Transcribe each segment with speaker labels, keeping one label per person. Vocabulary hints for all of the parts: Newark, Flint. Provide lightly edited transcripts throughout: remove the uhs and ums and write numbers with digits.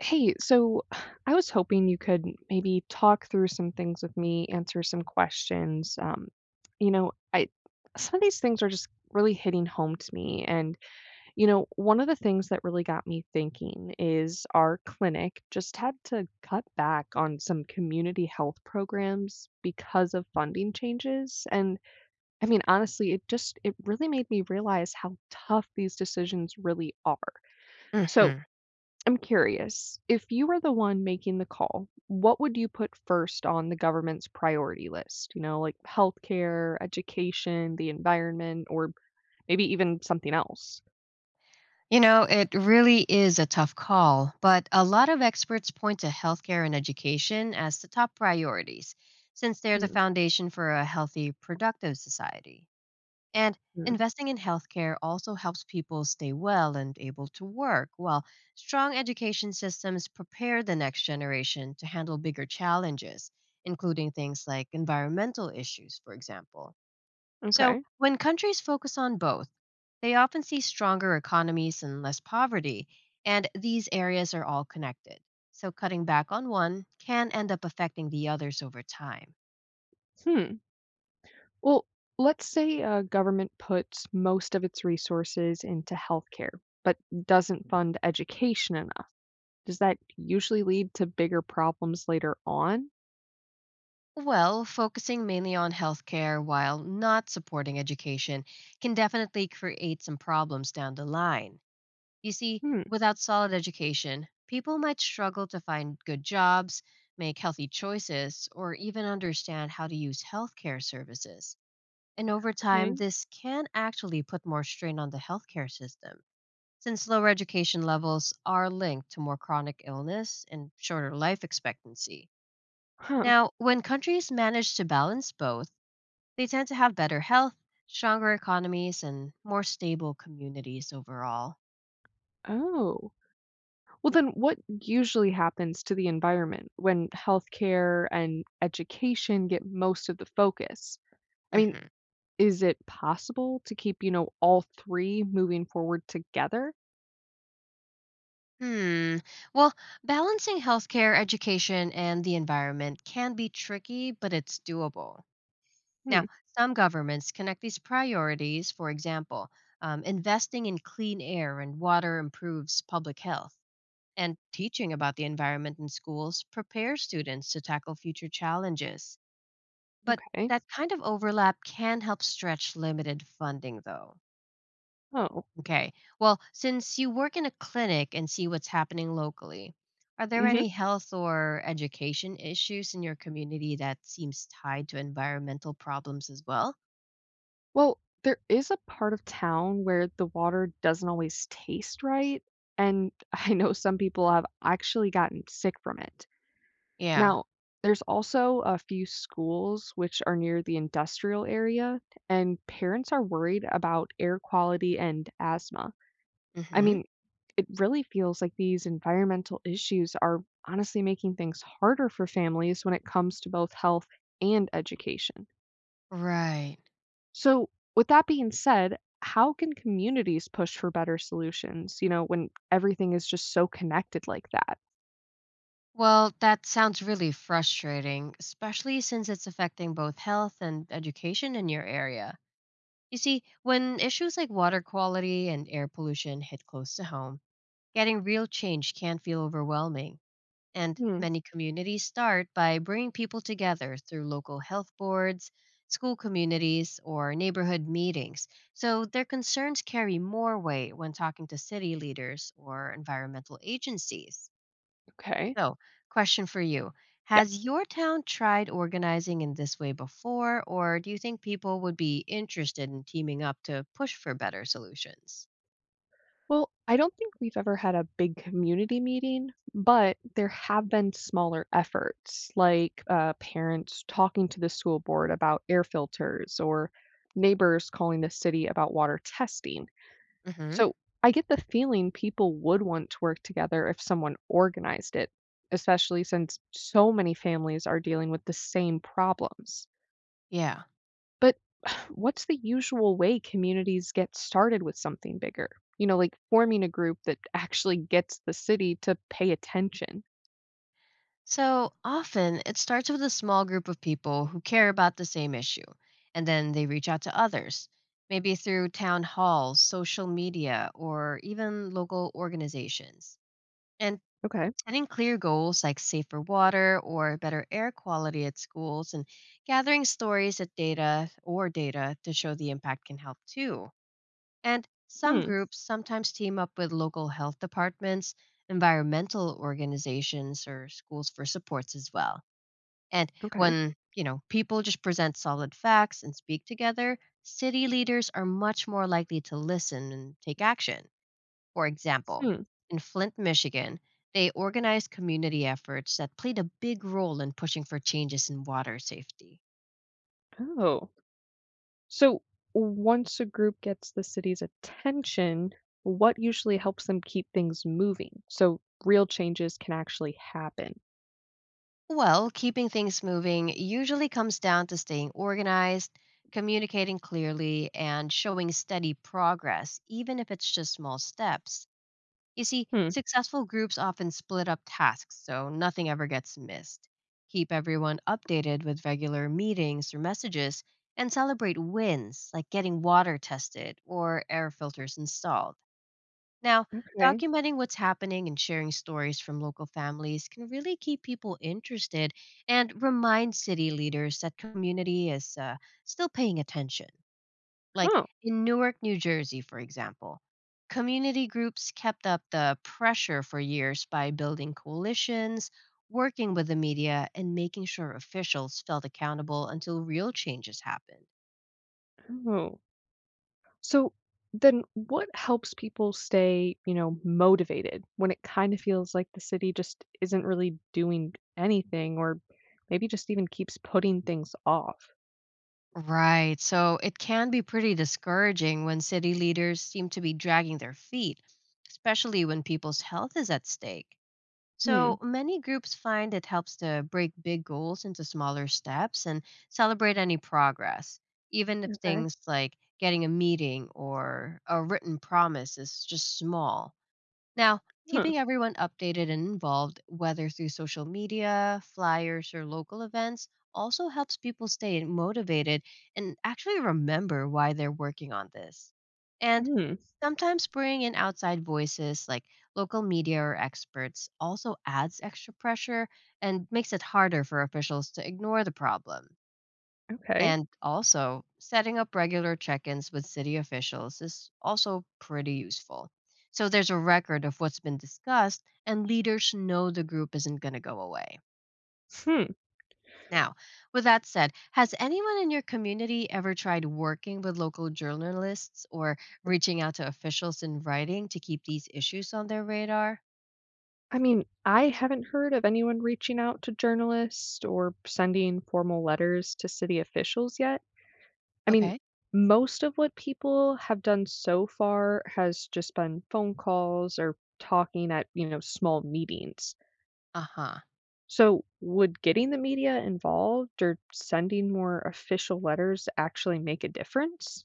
Speaker 1: Hey, so I was hoping you could maybe talk through some things with me, answer some questions. You know, I Some of these things are just really hitting home to me. And, one of the things that really got me thinking is our clinic just had to cut back on some community health programs because of funding changes. And I mean, honestly, it really made me realize how tough these decisions really are. So,
Speaker 2: Hmm.
Speaker 1: I'm curious, if you were the one making the call, what would you put first on the government's priority list? Like healthcare, education, the environment, or maybe even something else?
Speaker 2: You know, it really is a tough call, but a lot of experts point to healthcare and education as the top priorities, since they're the
Speaker 1: Mm,
Speaker 2: foundation for a healthy, productive society. And
Speaker 1: mm.
Speaker 2: investing in healthcare also helps people stay well and able to work, while strong education systems prepare the next generation to handle bigger challenges, including things like environmental issues, for example. So,
Speaker 1: Okay.
Speaker 2: when countries focus on both, they often see stronger economies and less poverty, and these areas are all connected. So, cutting back on one can end up affecting the others over time.
Speaker 1: Hmm. Well, let's say a government puts most of its resources into healthcare, but doesn't fund education enough. Does that usually lead to bigger problems later on?
Speaker 2: Well, focusing mainly on healthcare while not supporting education can definitely create some problems down the line. You see,
Speaker 1: Hmm.
Speaker 2: without solid education, people might struggle to find good jobs, make healthy choices, or even understand how to use healthcare services. And over time,
Speaker 1: Okay.
Speaker 2: this can actually put more strain on the healthcare system, since lower education levels are linked to more chronic illness and shorter life expectancy.
Speaker 1: Huh.
Speaker 2: Now, when countries manage to balance both, they tend to have better health, stronger economies, and more stable communities overall.
Speaker 1: Oh. Well, then what usually happens to the environment when healthcare and education get most of the focus? I mean,
Speaker 2: Mhm.
Speaker 1: is it possible to keep, all three moving forward together?
Speaker 2: Hmm. Well, balancing healthcare, education, and the environment can be tricky, but it's doable.
Speaker 1: Hmm.
Speaker 2: Now, some governments connect these priorities, for example, investing in clean air and water improves public health, and teaching about the environment in schools prepares students to tackle future challenges. But
Speaker 1: Okay.
Speaker 2: that kind of overlap can help stretch limited funding, though.
Speaker 1: Oh.
Speaker 2: Okay, well, since you work in a clinic and see what's happening locally, are there
Speaker 1: Hmm.
Speaker 2: any health or education issues in your community that seems tied to environmental problems as well?
Speaker 1: Well, there is a part of town where the water doesn't always taste right, and I know some people have actually gotten sick from it.
Speaker 2: Yeah.
Speaker 1: Now, there's also a few schools which are near the industrial area, and parents are worried about air quality and asthma. I
Speaker 2: Hmm.
Speaker 1: mean, it really feels like these environmental issues are honestly making things harder for families when it comes to both health and education.
Speaker 2: Right.
Speaker 1: So, with that being said, how can communities push for better solutions, when everything is just so connected like that?
Speaker 2: Well, that sounds really frustrating, especially since it's affecting both health and education in your area. You see, when issues like water quality and air pollution hit close to home, getting real change can feel overwhelming. And
Speaker 1: Hmm.
Speaker 2: many communities start by bringing people together through local health boards, school communities, or neighborhood meetings. So their concerns carry more weight when talking to city leaders or environmental agencies.
Speaker 1: Okay. Yeah.
Speaker 2: So, question for you. Has your town tried organizing in this way before, or do you think people would be interested in teaming up to push for better solutions?
Speaker 1: Well, I don't think we've ever had a big community meeting, but there have been smaller efforts, like parents talking to the school board about air filters or neighbors calling the city about water testing.
Speaker 2: Hmm.
Speaker 1: So I get the feeling people would want to work together if someone organized it, especially since so many families are dealing with the same problems.
Speaker 2: Yeah.
Speaker 1: But what's the usual way communities get started with something bigger? Like forming a group that actually gets the city to pay attention.
Speaker 2: So often it starts with a small group of people who care about the same issue, and then they reach out to others, maybe through town halls, social media, or even local organizations. And
Speaker 1: Okay.
Speaker 2: Setting clear goals like safer water or better air quality at schools and gathering stories at data or data to show the impact can help too. And some
Speaker 1: Hmm.
Speaker 2: groups sometimes team up with local health departments, environmental organizations or schools for supports as well. And
Speaker 1: Okay.
Speaker 2: when, you know, people just present solid facts and speak together, city leaders are much more likely to listen and take action. For example,
Speaker 1: Hmm.
Speaker 2: in Flint, Michigan, they organized community efforts that played a big role in pushing for changes in water safety.
Speaker 1: Oh. So once a group gets the city's attention, what usually helps them keep things moving so real changes can actually happen?
Speaker 2: Well, keeping things moving usually comes down to staying organized, communicating clearly, and showing steady progress, even if it's just small steps. You see,
Speaker 1: Hmm.
Speaker 2: successful groups often split up tasks so nothing ever gets missed. Keep everyone updated with regular meetings or messages, and celebrate wins like getting water tested or air filters installed. Now,
Speaker 1: Okay.
Speaker 2: documenting what's happening and sharing stories from local families can really keep people interested and remind city leaders that community is still paying attention. Like
Speaker 1: Oh.
Speaker 2: in Newark, New Jersey, for example, community groups kept up the pressure for years by building coalitions, working with the media, and making sure officials felt accountable until real changes happened.
Speaker 1: Oh. So then what helps people stay, motivated when it kind of feels like the city just isn't really doing anything or maybe just even keeps putting things off?
Speaker 2: Right. So it can be pretty discouraging when city leaders seem to be dragging their feet, especially when people's health is at stake.
Speaker 1: Hmm.
Speaker 2: So many groups find it helps to break big goals into smaller steps and celebrate any progress, even if
Speaker 1: Okay.
Speaker 2: things like getting a meeting or a written promise is just small. Now,
Speaker 1: Huh.
Speaker 2: keeping everyone updated and involved, whether through social media, flyers, or local events, also helps people stay motivated and actually remember why they're working on this. And
Speaker 1: Hmm.
Speaker 2: sometimes bringing in outside voices like local media or experts also adds extra pressure and makes it harder for officials to ignore the problem.
Speaker 1: Okay.
Speaker 2: And also, setting up regular check ins with city officials is also pretty useful. So there's a record of what's been discussed, and leaders know the group isn't going to go away.
Speaker 1: Hmm.
Speaker 2: Now, with that said, has anyone in your community ever tried working with local journalists or reaching out to officials in writing to keep these issues on their radar?
Speaker 1: I mean, I haven't heard of anyone reaching out to journalists or sending formal letters to city officials yet. I mean,
Speaker 2: Okay.
Speaker 1: most of what people have done so far has just been phone calls or talking at, small meetings.
Speaker 2: Uh huh.
Speaker 1: So, would getting the media involved or sending more official letters actually make a difference?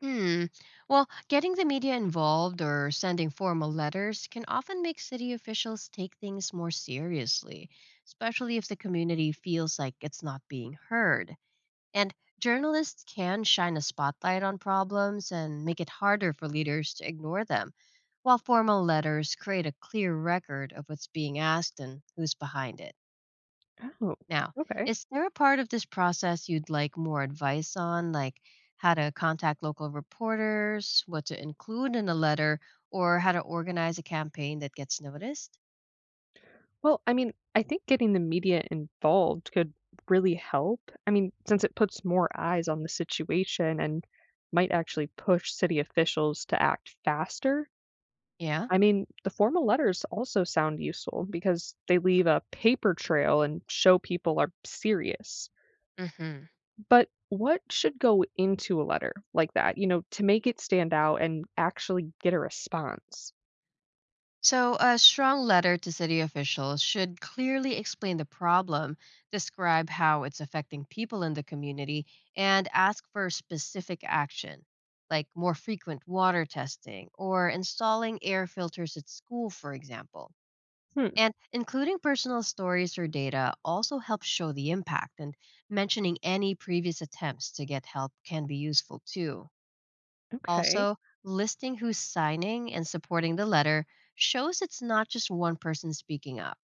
Speaker 2: Hmm. Well, getting the media involved or sending formal letters can often make city officials take things more seriously, especially if the community feels like it's not being heard. And journalists can shine a spotlight on problems and make it harder for leaders to ignore them, while formal letters create a clear record of what's being asked and who's behind it.
Speaker 1: Oh,
Speaker 2: Now,
Speaker 1: okay.
Speaker 2: is there a part of this process you'd like more advice on, like how to contact local reporters, what to include in a letter, or how to organize a campaign that gets noticed?
Speaker 1: Well, I mean, I think getting the media involved could really help. I mean, since it puts more eyes on the situation and might actually push city officials to act faster.
Speaker 2: Yeah.
Speaker 1: I mean, the formal letters also sound useful because they leave a paper trail and show people are serious.
Speaker 2: Hmm.
Speaker 1: But what should go into a letter like that, to make it stand out and actually get a response?
Speaker 2: So, a strong letter to city officials should clearly explain the problem, describe how it's affecting people in the community, and ask for specific action, like more frequent water testing or installing air filters at school, for example.
Speaker 1: Hmm.
Speaker 2: And including personal stories or data also helps show the impact, and mentioning any previous attempts to get help can be useful too.
Speaker 1: Okay.
Speaker 2: Also, listing who's signing and supporting the letter shows it's not just one person speaking up.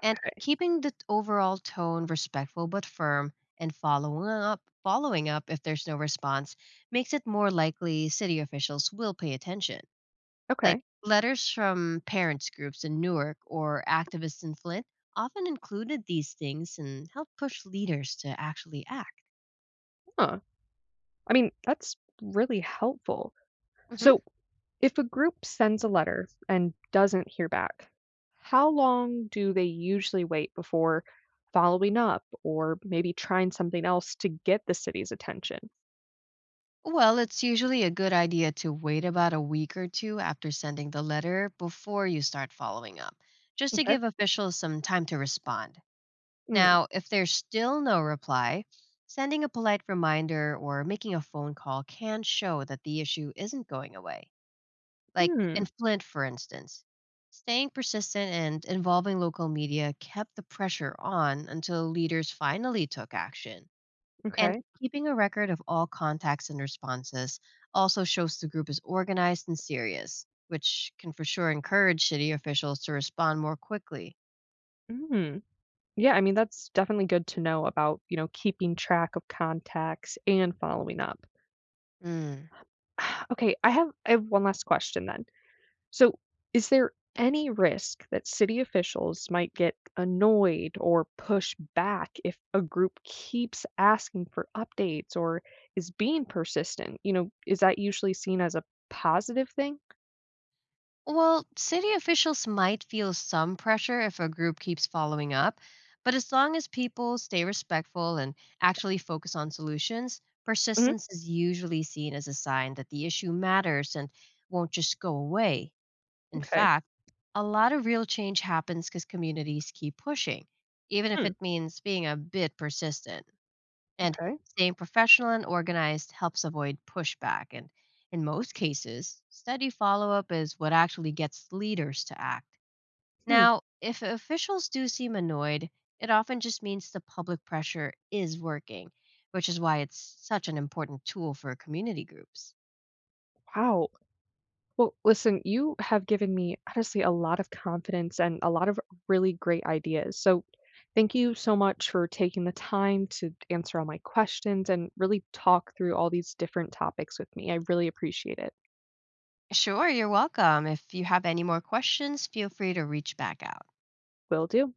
Speaker 2: And keeping the overall tone respectful but firm and following up if there's no response makes it more likely city officials will pay attention. Like
Speaker 1: Okay.
Speaker 2: letters from parents groups in Newark or activists in Flint often included these things and helped push leaders to actually act.
Speaker 1: Huh. I mean, that's really helpful.
Speaker 2: Mhm.
Speaker 1: So, if a group sends a letter and doesn't hear back, how long do they usually wait before following up or maybe trying something else to get the city's attention?
Speaker 2: Well, it's usually a good idea to wait about a week or two after sending the letter before you start following up, just to
Speaker 1: Okay.
Speaker 2: give officials some time to respond.
Speaker 1: Mm.
Speaker 2: Now, if there's still no reply, sending a polite reminder or making a phone call can show that the issue isn't going away. Like in
Speaker 1: Mm.
Speaker 2: Flint, for instance, staying persistent and involving local media kept the pressure on until leaders finally took action. And
Speaker 1: Okay.
Speaker 2: keeping a record of all contacts and responses also shows the group is organized and serious, which can for sure encourage city officials to respond more quickly.
Speaker 1: Mm. Yeah, I mean that's definitely good to know about, keeping track of contacts and following up.
Speaker 2: Mm.
Speaker 1: Okay, I have one last question then. So, is there any risk that city officials might get annoyed or push back if a group keeps asking for updates or is being persistent? Is that usually seen as a positive thing?
Speaker 2: Well, city officials might feel some pressure if a group keeps following up, but as long as people stay respectful and actually focus on solutions,
Speaker 1: Hmm.
Speaker 2: persistence is usually seen as a sign that the issue matters and won't just go away. In
Speaker 1: Okay.
Speaker 2: fact, a lot of real change happens because communities keep pushing, even if
Speaker 1: Hmm.
Speaker 2: it means being a bit persistent. And
Speaker 1: Okay.
Speaker 2: staying professional and organized helps avoid pushback. And in most cases, steady follow up is what actually gets leaders to act.
Speaker 1: Hmm.
Speaker 2: Now, if officials do seem annoyed, it often just means the public pressure is working, which is why it's such an important tool for community groups.
Speaker 1: Wow. Well, listen, you have given me honestly a lot of confidence and a lot of really great ideas. So, thank you so much for taking the time to answer all my questions and really talk through all these different topics with me. I really appreciate it.
Speaker 2: Sure, you're welcome. If you have any more questions, feel free to reach back out.
Speaker 1: Will do.